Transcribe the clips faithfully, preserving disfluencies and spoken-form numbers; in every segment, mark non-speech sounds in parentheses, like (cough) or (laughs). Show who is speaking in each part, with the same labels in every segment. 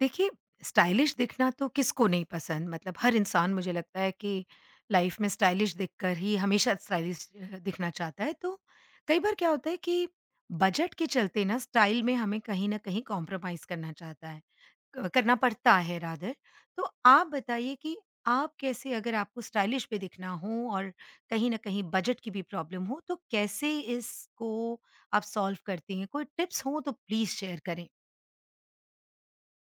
Speaker 1: देखिए, स्टाइलिश दिखना तो किसको नहीं पसंद मतलब हर इंसान मुझे लगता है कि लाइफ में स्टाइलिश दिखकर ही हमेशा स्टाइलिश अ, दिखना चाहता है। तो कई बार क्या होता है कि बजट के चलते ना स्टाइल में हमें कहीं न कहीं कॉम्प्रोमाइज़ करना चाहता है क करना पड़ता है रादर। तो आप बताइए कि आप कैसे अगर आपको स्टाइलिश भी दिखना हो और कहीं न कहीं बजट की भी प्रॉब्लम हो तो कैसे इसको आप सॉल्व करती हैं? कोई टिप्स हो तो प्लीज़ शेयर करें?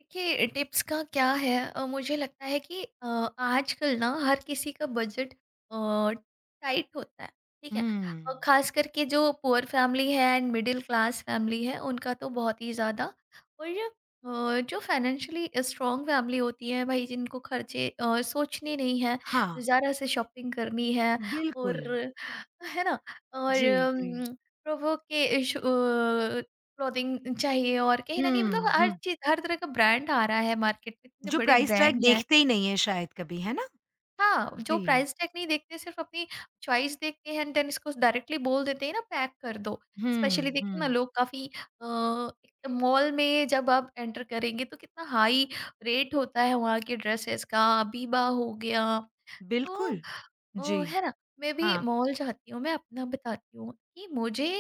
Speaker 2: देखिए, टिप्स का क्या है, अ, मुझे लगता है कि अ, आजकल ना हर किसी का बजट टाइट होता है। ठीक है।
Speaker 1: हुँ।
Speaker 2: और खास करके जो पुअर फैमिली है एंड मिडिल क्लास फैमिली है उनका तो बहुत ही ज़्यादा। और अ, जो फाइनेंशियली स्ट्रॉन्ग फैमिली होती है भाई, जिनको खर्चे अ, सोचने नहीं है,
Speaker 1: हाँ।
Speaker 2: ज़ारा से शॉपिंग करनी है। और
Speaker 1: बिल्कुल।
Speaker 2: है ना, और
Speaker 1: जी, जी।
Speaker 2: प्रोवो के क्लोथिंग चाहिए, और कहीं न कहीं मतलब
Speaker 1: हुँ,
Speaker 2: हर
Speaker 1: हुँ।
Speaker 2: चीज़, हर तरह का ब्रांड आ रहा है मार्केट में, इतने
Speaker 1: जो
Speaker 2: बड़े
Speaker 1: प्राइस टैग
Speaker 2: ब्रांड हैं।
Speaker 1: देखते ही नहीं है शायद कभी, है ना?
Speaker 2: हाँ, जो
Speaker 1: जी।
Speaker 2: प्राइस टैग नहीं देखते सिर्फ़ अपनी चॉइस देखते हैं एंड देन इसको डायरेक्टली बोल देते हैं ना, पैक कर दो।
Speaker 1: हुँ,
Speaker 2: स्पेशली देखिए ना,
Speaker 1: हुँ।
Speaker 2: लोग काफ़ी अ, मॉल में जब आप एंटर करेंगे तो कितना हाई रेट होता है वहाँ के ड्रेसेस का, बीबा हो गया तो
Speaker 1: बिल्कुल। जी,
Speaker 2: ओ, है ना? मैं भी
Speaker 1: हाँ।
Speaker 2: मॉल जाती हूँ, मैं अपना बताती हूँ कि मुझे,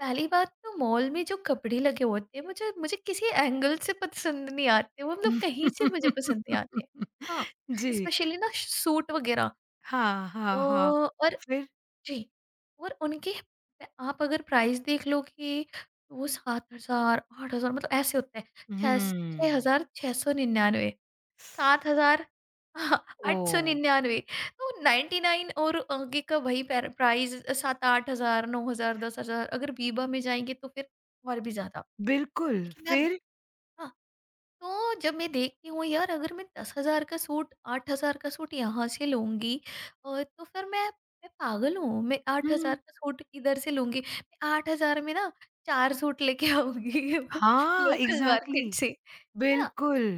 Speaker 2: पहली बात तो मॉल में जो कपड़े लगे होते हैं, मुझे मुझे किसी एंगल से पसंद नहीं आते, वो मतलब कहीं से मुझे पसंद नहीं आते।
Speaker 1: (laughs)
Speaker 2: हाँ,
Speaker 1: जी।
Speaker 2: स्पेशली ना सूट वगैरह।
Speaker 1: हाँ,
Speaker 2: अ,
Speaker 1: हाँ, हाँ।
Speaker 2: और
Speaker 1: फिर?
Speaker 2: जी, और उनके, आप अगर प्राइस देख लो कि वो सात हज़ार आठ हज़ार मतलब ऐसे होते हैं, छह
Speaker 1: हुँ।
Speaker 2: छः हज़ार छह सौ निन्यानवे सात हज़ार
Speaker 1: ओह!
Speaker 2: आठ सौ निन्यानवे, तो निन्यानवे और आगे का वही पैर- प्राइस सात आठ हज़ार नौ हज़ार दस हज़ार, अगर बीबा में जाएंगे तो फिर और भी ज्यादा।
Speaker 1: बिल्कुल,
Speaker 2: लेकिन अब
Speaker 1: फिर?
Speaker 2: हाँ, तो जब मैं देखती हूँ यार, अगर मैं दस हज़ार का सूट, आठ हज़ार का सूट यहाँ से लूंगी, और तो फिर मैं, मैं पागल हूँ मैं आठ हज़ार
Speaker 1: हुँ।
Speaker 2: का सूट इधर से लूंगी, मैं आठ हज़ार में ना चार सूट लेके आऊंगी (laughs)
Speaker 1: हाँ,
Speaker 2: लोकल
Speaker 1: इग्ज़ैक्टली।
Speaker 2: मार्केट से। है ना।
Speaker 1: बिल्कुल।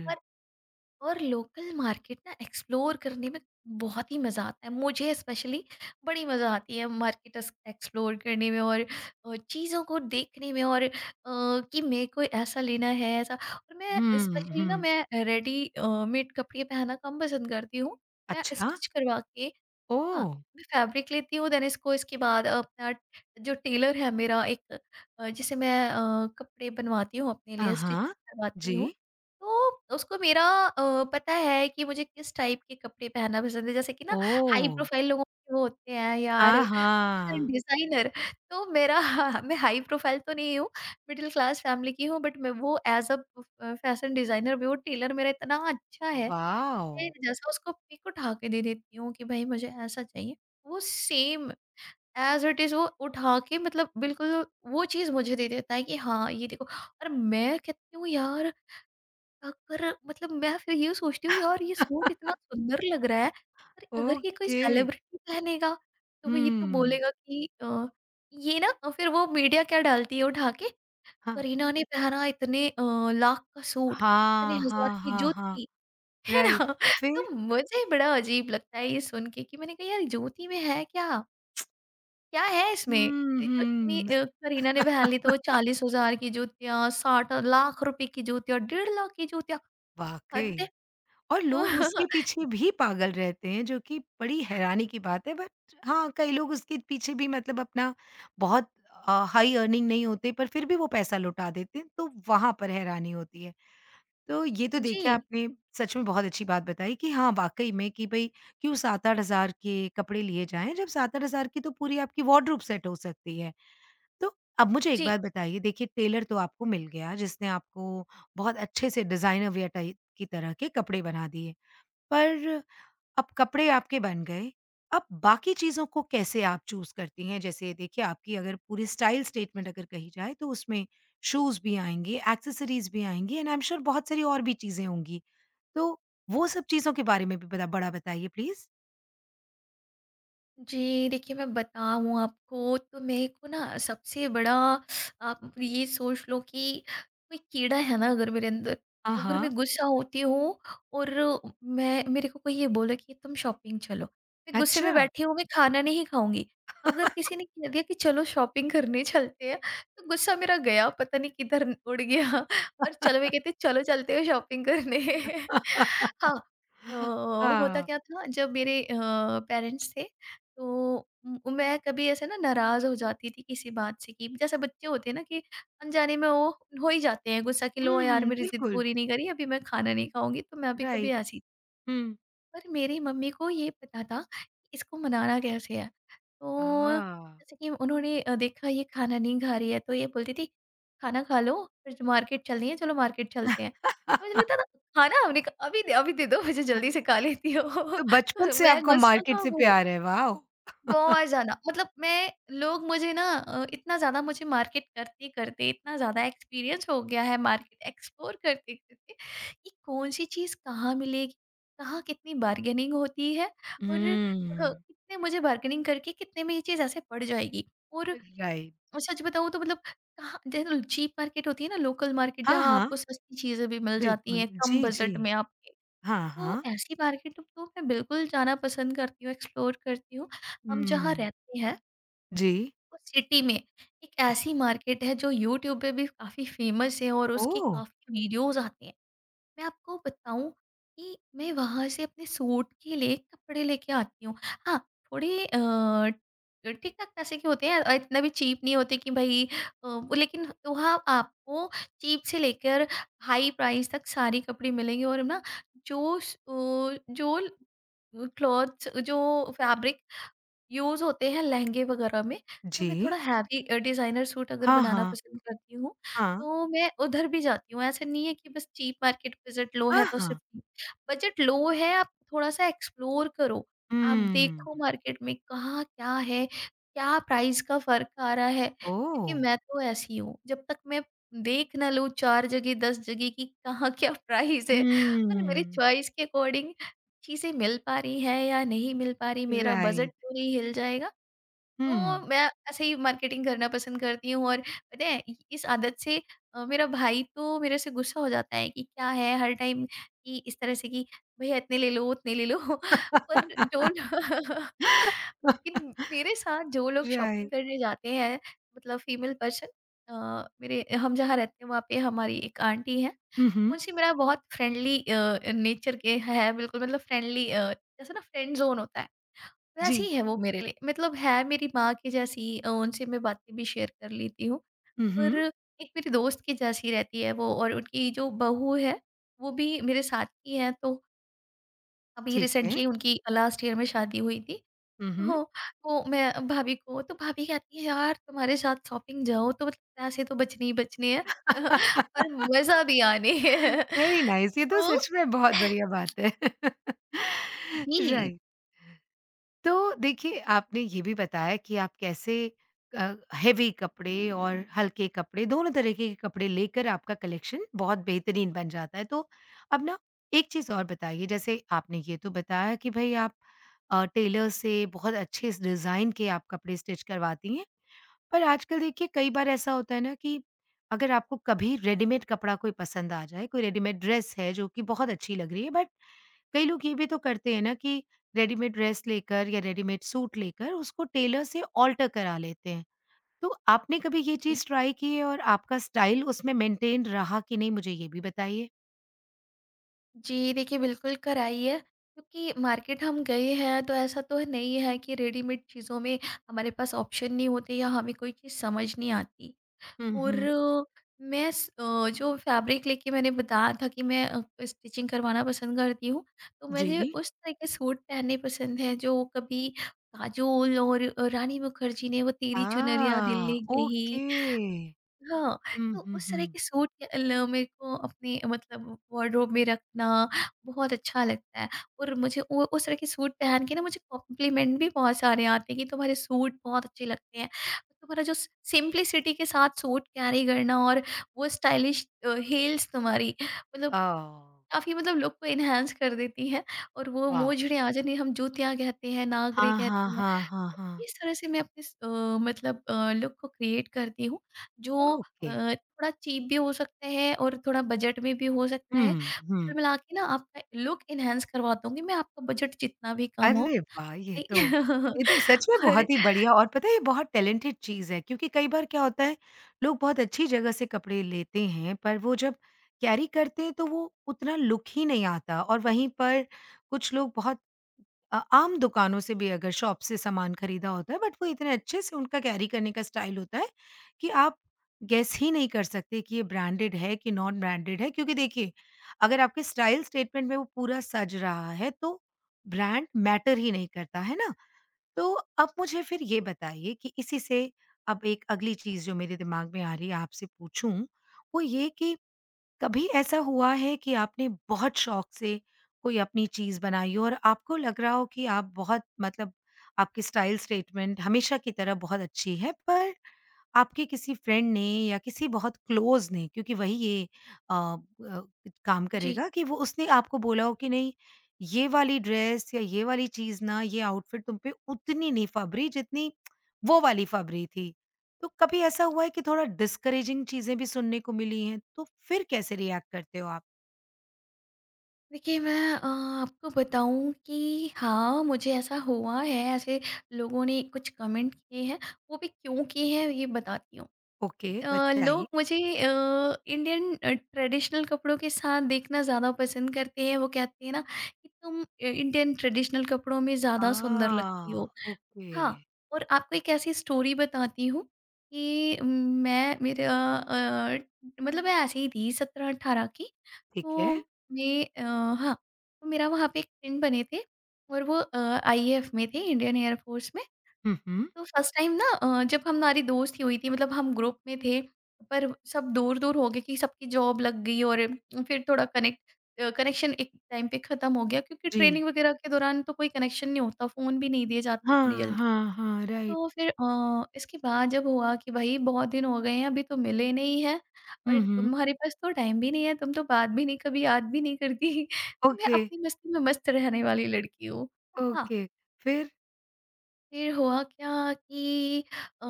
Speaker 2: और लोकल मार्केट ना एक्सप्लोर करने में बहुत ही मज़ा आता है मुझे, स्पेशली बड़ी मज़ा आती है मार्केट एक्सप्लोर करने में, और अ, चीज़ों को देखने में, और अ, कि मेरे को ऐसा लेना है ऐसा। और मैं
Speaker 1: हुँ,
Speaker 2: स्पेशली ना,
Speaker 1: हुँ।
Speaker 2: मैं रेडी मेड कपड़े पहनना कम पसंद करती हूँ, मैं
Speaker 1: अच्छा,
Speaker 2: स्टिच करवा के। हाँ,
Speaker 1: ओह!
Speaker 2: मैं फैब्रिक लेती हूँ देन इसको, इसके बाद अपना जो टेलर है मेरा, एक अ, जिसे मैं अ, कपड़े बनवाती हूँ अपने
Speaker 1: अ,
Speaker 2: लिए
Speaker 1: हाँ।
Speaker 2: स्टिचिंग करवाती हूँ।
Speaker 1: जी।
Speaker 2: तो उसको मेरा अ, पता है कि मुझे किस टाइप के कपड़े पहनना पसंद है, जैसे कि ना, हाई
Speaker 1: ओह!
Speaker 2: प्रोफाइल लोगों के वो होते हैं
Speaker 1: हाँ,
Speaker 2: यार, फैशन
Speaker 1: हाँ।
Speaker 2: डिज़ाइनर। तो मेरा, (laughs) मैं हाई प्रोफाइल तो नहीं हूँ, मिडल क्लास फैमिली की हूँ, बट मैं वो एज़ अ फ फैशन डिज़ाइनर भी हूँ। टेलर मेरा इतना अच्छा है,
Speaker 1: वाओ!
Speaker 2: शेर जैसा, उसको पिक उठा के दे देती हूँ कि भाई मुझे ऐसा चाहिए। वो सेम एज़ इट इज़ वो उठा के, मतलब बिल्कुल वो चीज़ मुझे दे देता है कि हाँ, ये देखो। और मैं कहती हूँ यार, अगर मतलब मैं फिर ये सोचती हूँ यार, ये सूट इतना सुंदर लग रहा है, पर अगर ये कोई
Speaker 1: ओके।
Speaker 2: सेलिब्रिटी पहनेगा, तो वो ये तो
Speaker 1: हुँ।
Speaker 2: बोलेगा कि अ, ये ना, अ, फिर वो मीडिया क्या डालती है उठा के,
Speaker 1: हाँ।
Speaker 2: करीना ने पहना इतने अ, लाख का सूट, इतने
Speaker 1: हाँ,
Speaker 2: हज़ार
Speaker 1: हाँ,
Speaker 2: की
Speaker 1: हाँ, हाँ।
Speaker 2: जूती। है
Speaker 1: राइट।
Speaker 2: ना?
Speaker 1: फिर?
Speaker 2: तो मुझे बड़ा अजीब लगता है ये सुन के, कि मैंने कहा यार, ज्योति में है क्या? क्या है इसमें?
Speaker 1: हुँ,
Speaker 2: ये जो इतनी
Speaker 1: हुँ।
Speaker 2: अ, करीना ने पहन ली, तो चालीस हज़ार की जूतियाँ, साठ लाख रुपए की जूतियाँ, डेढ़ लाख की जूतियाँ,
Speaker 1: वाक़ई
Speaker 2: हद है।
Speaker 1: (laughs) और
Speaker 2: तो
Speaker 1: लोग उसके पीछे
Speaker 2: (laughs)
Speaker 1: भी पागल रहते हैं जो कि बड़ी हैरानी की बात है बट हाँ, कई लोग उसके पीछे भी मतलब अपना बहुत अ, हाई अर्निंग नहीं होते पर फिर भी वो पैसा लौटा देते हैं, तो वहाँ पर हैरानी होती है। तो ये तो देखिए
Speaker 2: जी,
Speaker 1: आपने सच में बहुत अच्छी बात बताई कि हाँ, वाक़ई में कि भई क्यों सात आठ हज़ार के कपड़े लिए जाएँ जब सात आठ हज़ार की तो पूरी आपकी वार्डरोब सेट हो सकती है। तो अब मुझे एक
Speaker 2: जी।
Speaker 1: बात बताइए देखिए टेलर तो आपको मिल गया जिसने आपको बहुत अच्छे से डिज़ाइनर वियर टाइप की तरह के कपड़े बना दिए। पर अब कपड़े आपके बन गए, अब बाकी चीज़ों को कैसे आप चूज़ करती हैं? जैसे देखिए आपकी अगर पूरी स्टाइल स्टेटमेंट अगर कही जाए तो उसमें शूज़ भी आएँगे, एक्सेसरीज़ भी आएँगी एंड आई एम श्योर बहुत सारी और भी चीज़ें होंगी। तो वो सब चीज़ों के बारे में भी बड़ा बड़ा बताइए प्लीज़?
Speaker 2: जी, देखिए मैं बताऊँ आपको, तो मेरे को ना सबसे बड़ा, आप ये सोच लो कि कोई कीड़ा है ना अगर मेरे अंदर।
Speaker 1: हाँ,
Speaker 2: अगर मैं
Speaker 1: हाँ।
Speaker 2: गुस्सा होती हूँ और मैं मेरे को कोई ये बोले कि तुम शॉपिंग चलो, मैं गुस्से में
Speaker 1: अच्छा।
Speaker 2: बैठी हूँ मैं खाना नहीं खाऊँगी। अगर किसी ने कह दिया कि चलो शॉपिंग करने चलते हैं, तो गुस्सा मेरा गया पता नहीं किधर उड़ गया। (laughs) और चलो, वे कहते हैं चलो चलते हैं शॉपिंग करने। (laughs)
Speaker 1: (laughs)
Speaker 2: हाँ, तो होता
Speaker 1: हाँ।
Speaker 2: क्या था, जब मेरे अ, पेरेंट्स थे, तो उम, मैं कभी ऐसे ना नाराज़ हो जाती थी किसी बात से, कि जैसे बच्चे होते हैं ना कि अनजाने में वो हो ही जाते हैं गुस्सा, कि
Speaker 1: हुँ,
Speaker 2: लो यार
Speaker 1: हुँ,
Speaker 2: मेरी ज़िद
Speaker 1: बिल्कुल,
Speaker 2: पूरी नहीं करी, अभी मैं खाना नहीं खाऊँगी, तो मैं भी कभी
Speaker 1: राइट।
Speaker 2: ऐसी।
Speaker 1: हुँ।
Speaker 2: पर मेरी मम्मी को ये पता था कि इसको मनाना कैसे है। तो
Speaker 1: आ
Speaker 2: जैसे कि उन्होंने अ, देखा ये खाना नहीं खा रही है तो ये बोलती थी, "खाना खा लो, फिर जो मार्केट चलनी है चलो मार्केट चलते हैं।" तो मुझे लगता था
Speaker 1: (laughs)
Speaker 2: खाना, हमने कहा, "अभी दे अभी दे दो मुझे जल्दी से खा लेती हो।"
Speaker 1: तो बचपन से
Speaker 2: (laughs) मैं
Speaker 1: आपको
Speaker 2: गुस्सा
Speaker 1: मार्केट से
Speaker 2: कब हूँ?
Speaker 1: प्यार है, वॉव! हुँ।
Speaker 2: बहुत ज़्यादा, मतलब मैं लोग मुझे ना, अ, इतना ज़्यादा मुझे, मार्केट करते-करते इतना ज़्यादा एक्सपीरियंस हो गया है मार्केट एक्सप्लोर करते-करते, कि कौन सी चीज़ कहाँ मिलेगी, कहाँ कितनी बार्गेनिंग होती है, और अ,
Speaker 1: (laughs)
Speaker 2: कितने मुझे बार्गेनिंग करके कितने में ये चीज़ ऐसे पड़ जाएगी। और
Speaker 1: राइट।
Speaker 2: सच बताऊँ तो मतलब, कहाँ जैसे चीप मार्केट होती है ना लोकल मार्केट,
Speaker 1: हाँ,
Speaker 2: जहाँ
Speaker 1: हाँ,
Speaker 2: आपको सस्ती चीज़ें भी मिल जाती
Speaker 1: बिल्कुल।
Speaker 2: हैं कम
Speaker 1: जी, जी।
Speaker 2: बजट में आपके।
Speaker 1: हाँ,
Speaker 2: तो
Speaker 1: हाँ।
Speaker 2: ऐसी मार्केट तो मैं बिल्कुल जाना पसंद करती हूँ, एक्सप्लोर करती हूँ। हम जहाँ
Speaker 1: हुँ।
Speaker 2: रहते हैं
Speaker 1: जी।
Speaker 2: उस सिटी में एक
Speaker 1: ओ
Speaker 2: ऐसी मार्केट है जो यूट्यूब पे भी काफ़ी फ़ेमस है और उसके
Speaker 1: ओह!
Speaker 2: काफ़ी वीडियोज़ आते हैं। मैं आपको बताऊँ कि मैं वहाँ से अपने सूट के लिए कपड़े लेके आती हूँ। हाँ, थोड़े अ, ठीक-ठाक पैसे के होते हैं, अ, इतना भी चीप नहीं होते कि भई अ, वो, लेकिन वहाँ आपको चीप से लेकर हाई प्राइस तक सारे कपड़े मिलेंगे। और ना जो स ओ जो क्लॉथ्स जो फैब्रिक यूज़ होते हैं लहंगे वगैरह में, तो मैं
Speaker 1: जी।
Speaker 2: थोड़ा हैवी, अ, डिज़ाइनर सूट अगर
Speaker 1: हाँ,
Speaker 2: बनाना
Speaker 1: हाँ।
Speaker 2: पसंद करती हूँ,
Speaker 1: हाँ।
Speaker 2: तो मैं उधर भी जाती हूँ। ऐसा नहीं है कि बस चीप मार्केट बजट लो
Speaker 1: हाँ,
Speaker 2: है तो
Speaker 1: हाँ।
Speaker 2: सिर्फ बजट लो है, आप थोड़ा-सा एक्सप्लोर करो। आप
Speaker 1: हुँ।
Speaker 2: देखो मार्केट में कहाँ क्या है, क्या प्राइस का फ़र्क आ रहा है, क्योंकि
Speaker 1: ओह!
Speaker 2: मैं तो ऐसी हूँ, जब तक मैं देख ना लूँ चार जगह दस जगह की कहाँ क्या (laughs) प्राइस है और मेरी
Speaker 1: हुँ।
Speaker 2: चॉइस के अकॉर्डिंग चीज़ें मिल पा रही है या नहीं मिल पा रही, मेरा बजट
Speaker 1: राइट।
Speaker 2: तो नहीं हिल जाएगा,
Speaker 1: हुँ।
Speaker 2: तो मैं ऐसे ही मार्केटिंग करना पसंद करती हूँ। और पता है इ इस आदत से, अ, मेरा भाई तो मेरे से गुस्सा हो जाता है कि क्या है हर टाइम, कि इस तरह से कि भैया इतने ले लो, उतने ले लो, (laughs) पर जो (laughs)
Speaker 1: (laughs)
Speaker 2: लेकिन मेरे साथ जो लोग शॉपिंग
Speaker 1: राइट।
Speaker 2: करने जाते हैं, मतलब फीमेल पर्सन, अ, मेरे हम जहाँ रहते हैं वहाँ पे हमारी एक आंटी हैं।
Speaker 1: हुँ, हुँ।
Speaker 2: मुंशी मेरा बहुत फ्रेंडली अ, नेचर के है, बिल्कुल मतलब फ्रेंडली, अ, जैसे ना फ्रेंड जोन होता है वैसी
Speaker 1: जी।
Speaker 2: ही है वो मेरे लिए, मतलब है मेरी माँ की जैसी, अ, उनसे मैं बातें भी शेयर कर लेती हूँ,
Speaker 1: हुँ,
Speaker 2: और
Speaker 1: हुँ।
Speaker 2: एक मेरी दोस्त की जैसी रहती है वो, और उनकी जो बहू है वो भी मेरे साथ की है, तो अभी
Speaker 1: ठीक है।
Speaker 2: रिसेंटली उनकी लास्ट ईयर में शादी हुई थी।
Speaker 1: हुँ, हुँ।
Speaker 2: तो वो मैं भाभी को, तो भाभी कहती है यार, तुम्हारे साथ शॉपिंग जाओ तो मतलब पैसे तो बचने ही बचने हैं, (laughs) और मजा भी आने हैं।
Speaker 1: वेरी नाइस (laughs) ये
Speaker 2: (laughs)
Speaker 1: तो
Speaker 2: तो
Speaker 1: सच में बहुत
Speaker 2: (laughs)
Speaker 1: बढ़िया बात है। (laughs)
Speaker 2: जी,
Speaker 1: राइट। तो देखिए, आपने ये भी बताया कि आप कैसे अ, हेवी कपड़े और हल्के कपड़े दोनों तरीके के कपड़े लेकर आपका कलेक्शन बहुत बेहतरीन बन जाता है। तो अब ना एक चीज़ और बताइए जैसे आपने ये तो बताया कि भई आप अ, टेलर से बहुत अच्छे इस डिज़ाइन के आप कपड़े स्टिच करवाती हैं। पर आजकल देखिए कई बार ऐसा होता है ना कि अगर आपको कभी रेडीमेड कपड़ा कोई पसंद आ जाए, कोई रेडीमेड ड्रेस है जो कि बहुत अच्छी लग रही है बट कई लोग ये भी तो करते हैं ना कि रेडीमेड ड्रेस लेकर या रेडीमेड सूट लेकर उसको टेलर से ऑल्टर करा लेते हैं। तो आपने कभी ये
Speaker 2: जी।
Speaker 1: चीज़ ट्राई की है और आपका स्टाइल उसमें मेंटेन रहा कि नहीं मुझे ये भी बताइए?
Speaker 2: जी, देखिए बिल्कुल कराइए, क्योंकि मार्केट हम गए हैं तो ऐसा तो नहीं है कि रेडीमेड चीज़ों में हमारे पास ऑप्शन नहीं होते या हमें कोई चीज़ समझ नहीं आती।
Speaker 1: हुँ,
Speaker 2: और
Speaker 1: हुँ।
Speaker 2: मैं स अ, जो फैब्रिक लेके मैंने बताया था कि मैं अ, स्टिचिंग करवाना पसंद करती हूँ, तो मुझे
Speaker 1: जी।
Speaker 2: उस तरह के सूट पहनने पसंद हैं, जो कभी काजोल और रानी मुखर्जी ने, वो तेरी चुनरिया दिल
Speaker 1: आ,
Speaker 2: ले गई।
Speaker 1: ओके।
Speaker 2: हाँ,
Speaker 1: हुँ,
Speaker 2: तो
Speaker 1: हुँ,
Speaker 2: उस तरह
Speaker 1: हुँ।
Speaker 2: के सूट के ल मेरे को अपने, मतलब वार्डरोब में रखना बहुत अच्छा लगता है, और मुझे वो उस तरह के सूट पहन के ना, मुझे कॉम्प्लीमेंट भी बहुत सारे आते हैं कि तुम्हारे सूट बहुत अच्छे लगते हैं। तुम्हारा जो स सिम्प्लिसिटी के साथ सूट कैरी करना, और वो स्टाइलिश अ, हील्स तुम्हारी, मतलब
Speaker 1: ओह!
Speaker 2: काफ़ी, मतलब लुक को एनहांस कर देती हैं। और वो
Speaker 1: वाओ!
Speaker 2: मोजड़े आ जाने, हम जूतियाँ कहते हैं, नागरे
Speaker 1: हाँ, हाँ,
Speaker 2: कहते हैं।
Speaker 1: हाँ, हाँ, हाँ।
Speaker 2: इस तरह से मैं अपने स- अ, मतलब लुक को क्रिएट करती हूँ, जो अ,
Speaker 1: ओके।
Speaker 2: थोड़ा चीप भी हो सकता है और थोड़ा बजट में भी हो सकता है।
Speaker 1: हुँ,
Speaker 2: कुल
Speaker 1: हुँ।
Speaker 2: मिला के ना, आपका लुक इनहेंस करवा दूंगी मैं, आपका बजट जितना भी कम हो,
Speaker 1: अरे वाह! ये
Speaker 2: नहीं।
Speaker 1: तो ये तो
Speaker 2: (laughs)
Speaker 1: सच में
Speaker 2: और
Speaker 1: बहुत ही बढ़िया और पता है ये बहुत टैलेंटेड चीज़ है क्योंकि कई बार क्या होता है, लोग बहुत अच्छी जगह से कपड़े लेते हैं पर वो जब कैरी करते हैं तो वो उतना लुक ही नहीं आता और वहीं पर कुछ लोग बहुत अ, आम दुकानों से भी अगर शॉप से सामान खरीदा होता है बट वो इतने अच्छे से उनका कैरी करने का स्टाइल होता है कि आप गेस ही नहीं कर सकते कि ये ब्रांडेड है कि नॉन ब्रांडेड है क्योंकि देखिए अगर आपके स्टाइल स्टेटमेंट में वो पूरा सज रहा है तो ब्रांड मैटर ही नहीं करता है ना तो अब मुझे फिर ये बताइए कि इसी से अब एक अगली चीज जो मेरे दिमाग में आ रही है आपसे पूछूं वो ये कि कभी ऐसा हुआ है कि आपने बहुत शौक से कोई अपनी चीज बनाई हो और आपको लग रहा हो कि आप बहुत मतलब आपकी स्टाइल स्टेटमेंट हमेशा की तरह बहुत अच्छी है पर आपके किसी फ्रेंड ने या किसी बहुत क्लोज ने क्योंकि वही ये अ, अ, काम
Speaker 2: जी,
Speaker 1: करेगा कि वो उसने आपको बोला हो कि नहीं ये वाली ड्रेस या ये वाली चीज ना ये आउटफिट तुम पे उतनी नहीं फबरी जितनी वो वाली फबरी थी तो कभी ऐसा हुआ है कि थोड़ा डिस्करेजिंग चीजें भी सुनने को मिली हैं तो फिर कैसे रिएक्ट करते हो आप?
Speaker 2: देखिए मैं अ, आपको बताऊं कि हाँ, मुझे ऐसा हुआ है, ऐसे लोगों ने कुछ कमेंट किए हैं, वो भी क्यों किए हैं ये बताती हूँ।
Speaker 1: ओके,
Speaker 2: अ,
Speaker 1: बताइए।
Speaker 2: लोग मुझे अ, इंडियन अ, ट्रेडिशनल कपड़ों के साथ देखना ज़्यादा पसंद करते हैं। वो कहते हैं ना कि तुम अ, इंडियन ट्रेडिशनल कपड़ों में ज़्यादा सुंदर
Speaker 1: आ,
Speaker 2: लगती हो।
Speaker 1: ओके।
Speaker 2: हाँ, और आपको एक ऐसी स्टोरी बताती हूँ, कि मैं मेरा अ, मतलब मैं ऐसे ही थी सत्रह अठारह की।
Speaker 1: ठीक है।
Speaker 2: तो मैं, अ, हाँ, तो मेरा वहाँ पे एक फ्रेंड बने थे, और वो अ, आईएएफ में थे, इंडियन एयर फोर्स में।
Speaker 1: हम्म, हम्म,
Speaker 2: तो फर्स्ट टाइम ना, अ, जब हमारी दोस्ती हुई थी, मतलब हम ग्रुप में थे, पर सब दूर-दूर हो गए कि सबकी जॉब लग गई, और फिर थोड़ा कनेक्ट अ, कनेक्शन एक टाइम पे ख़त्म हो गया, क्योंकि
Speaker 1: जी।
Speaker 2: ट्रेनिंग वगैरह के दौरान तो कोई कनेक्शन नहीं होता, फ़ोन भी नहीं दिए जाते
Speaker 1: हाँ,
Speaker 2: इतनी जल्दी।
Speaker 1: हाँ, हाँ, राइट।
Speaker 2: तो फिर अ, इसके बाद जब हुआ कि भाई बहुत दिन हो गए हैं, अभी तो मिले नहीं हैं, और
Speaker 1: हम्म, हम्म।
Speaker 2: तुम्हारे पास तो टाइम भी नहीं है, तुम तो बात भी नहीं, कभी याद भी नहीं करती। (laughs) तो मैं
Speaker 1: ओके।
Speaker 2: अपनी मस्ती में मस्त रहने वाली लड़की हूँ। हाँ,
Speaker 1: ओके, फिर?
Speaker 2: फिर हुआ क्या कि अ,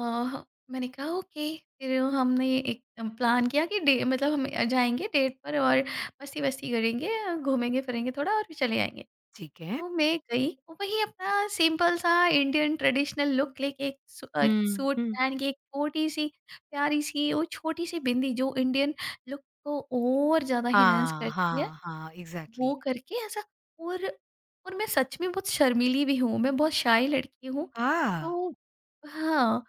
Speaker 2: मैंने कहा ओके, फिर हमने एक प्लान किया कि डे, मतलब हम जाएँगे डेट पर, और मस्ती-वस्ती करेंगे, अ, घूमेंगे-फिरेंगे थोड़ा और फिर चले आएँगे।
Speaker 1: ठीक है।
Speaker 2: तो मैं गई वही अपना सिंपल-सा इंडियन ट्रेडिशनल लुक लेके, एक सू अ, एक
Speaker 1: हुँ,
Speaker 2: सूट
Speaker 1: हुँ।
Speaker 2: पहन के, एक छोटी-सी प्यारी-सी वो छोटी-सी बिंदी जो इंडियन लुक को और ज़्यादा इनहांस
Speaker 1: हाँ,
Speaker 2: करती है।
Speaker 1: हाँ, हाँ,
Speaker 2: वो
Speaker 1: एग्ज़ैक्टली।
Speaker 2: करके ऐसा, और और मैं सच में बहुत शर्मीली भी हूँ, मैं बहुत शाय लड़की हूँ।
Speaker 1: आह!
Speaker 2: तो हाँ,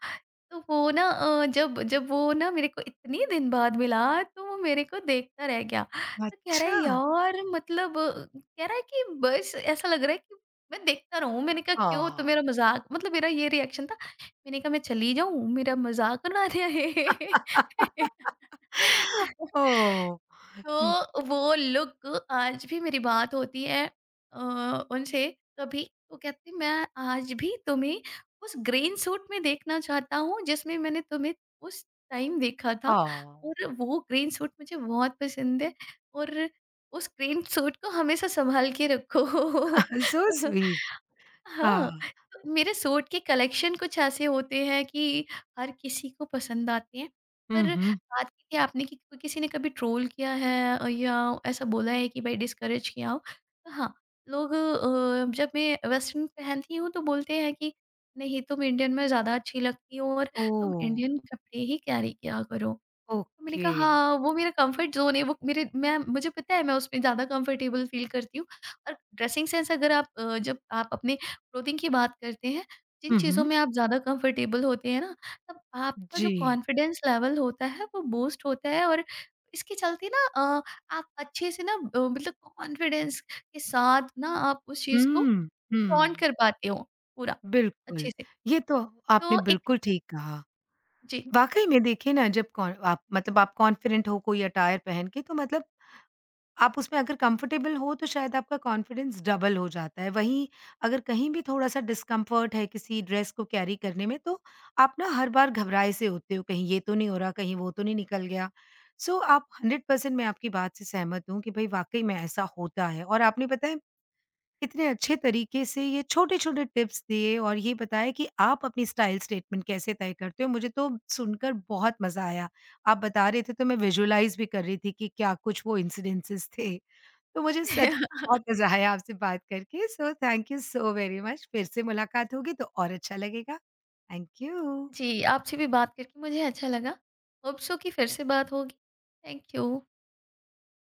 Speaker 2: तो वो ना अ, जब जब वो ना मेरे को इतने दिन बाद मिला, तो वो मेरे को देखता रह गया। तो कह रहा है
Speaker 1: अच्छा!
Speaker 2: यार, मतलब अ, कह रहा है कि बस ऐसा लग रहा है कि मैं देखता रहूँ। मैंने कहा क्यों, तो
Speaker 1: आह!
Speaker 2: मेरा मज़ाक, मतलब मेरा ये रिएक्शन था। मैंने कहा मैं चली जाऊँ, मेरा मज़ाक उड़ा रहा है। (laughs)
Speaker 1: ओह! हुँ,
Speaker 2: तो वो लुक आज भी मेरी बात होती है अ, उनसे कभी, तो कहती मैं आज भी तुम्हें उस ग्रीन सूट में देखना चाहता हूँ जिसमें मैंने तुम्हें उस टाइम देखा था,
Speaker 1: आह!
Speaker 2: और वो ग्रीन सूट मुझे बहुत पसंद है, और उस ग्रीन सूट को हमेशा संभाल के रखो।
Speaker 1: So
Speaker 2: (laughs)
Speaker 1: sweet. आह!
Speaker 2: हाँ, तो मेरे सूट के कलेक्शन कुछ ऐसे होते हैं कि हर किसी को पसंद आते हैं।
Speaker 1: हुँ,
Speaker 2: पर
Speaker 1: हुँ।
Speaker 2: बात की थी आपने कि क किसी ने कभी ट्रोल किया है अ, या ऐसा बोला है कि भाई डिस्करेज किया हो। तो हाँ, लोग अ, जब मैं वेस्टर्न पहनती हूँ तो बोलते हैं कि नहीं, तुम इंडियन में ज़्यादा अच्छी लगती हो, और तुम
Speaker 1: ओह!
Speaker 2: इंडियन कपड़े ही कैरी किया करो। तो मैंने कहा
Speaker 1: ओके।
Speaker 2: हाँ, वो मेरा कंफर्ट ज़ोन है, वो मेरे मैं मुझे पता है मैं उसमें ज़्यादा कंफर्टेबल फ़ील करती हूँ, और ड्रेसिंग सेंस अगर आप, अ, जब आप अपने क्लोथिंग की बात करते हैं, जिन
Speaker 1: हुँ,
Speaker 2: चीज़ों
Speaker 1: हुँ।
Speaker 2: में आप ज़्यादा कंफर्टेबल होते हैं ना, तब आपका जो
Speaker 1: जी।
Speaker 2: कॉन्फिडेंस लेवल होता है वो बूस्ट होता है, और इसके चलते ना, अ, आप अच्छे से ना, अ, मतलब कॉन्फिडेंस के साथ ना आप उस चीज़ को
Speaker 1: हुँ,
Speaker 2: flaunt
Speaker 1: हुँ।
Speaker 2: कर पाते हो, पूरा अच्छे
Speaker 1: बिल्कुल,
Speaker 2: से।
Speaker 1: ये तो आपने
Speaker 2: तो एक,
Speaker 1: बिल्कुल ठीक कहा।
Speaker 2: जी।
Speaker 1: वाक़ई में देखिए ना जब कॉन आप मतलब आप कॉन्फिडेंट हो कोई अटायर पहन के तो मतलब आप उसमें अगर कंफर्टेबल हो तो शायद आपका कॉन्फिडेंस डबल हो जाता है। वहीं अगर कहीं भी थोड़ा-सा डिस्कम्फर्ट है किसी ड्रेस को कैरी करने में तो आप ना हर बार घबराए से होते हो, कहीं ये तो नहीं हो रहा, कहीं वो तो नहीं निकल गया। सो आप हंड्रेड परसेंट मैं आपकी बात से सहमत हूँ कि भई वाक़ई में ऐसा होता है और आपने पता है इतने अच्छे तरीके से ये छोटे-छोटे टिप्स दिए और ये बताया कि आप अपनी स्टाइल स्टेटमेंट कैसे तय करते हो। मुझे तो सुनकर बहुत मज़ा आया। आप बता रहे थे तो मैं विजुलाइज़ भी कर रही थी कि क्या कुछ वो इंसिडेंसेस थे। तो मुझे सच
Speaker 2: (laughs)
Speaker 1: बहुत मज़ा आया आपसे बात करके, so thank you so very much. फिर से मुलाकात होगी तो और अच्छा लगेगा। Thank you.
Speaker 2: जी, आपसे भी बात करके मुझे अच्छा लगा। होप सो कि फिर से बात होगी। Thank you.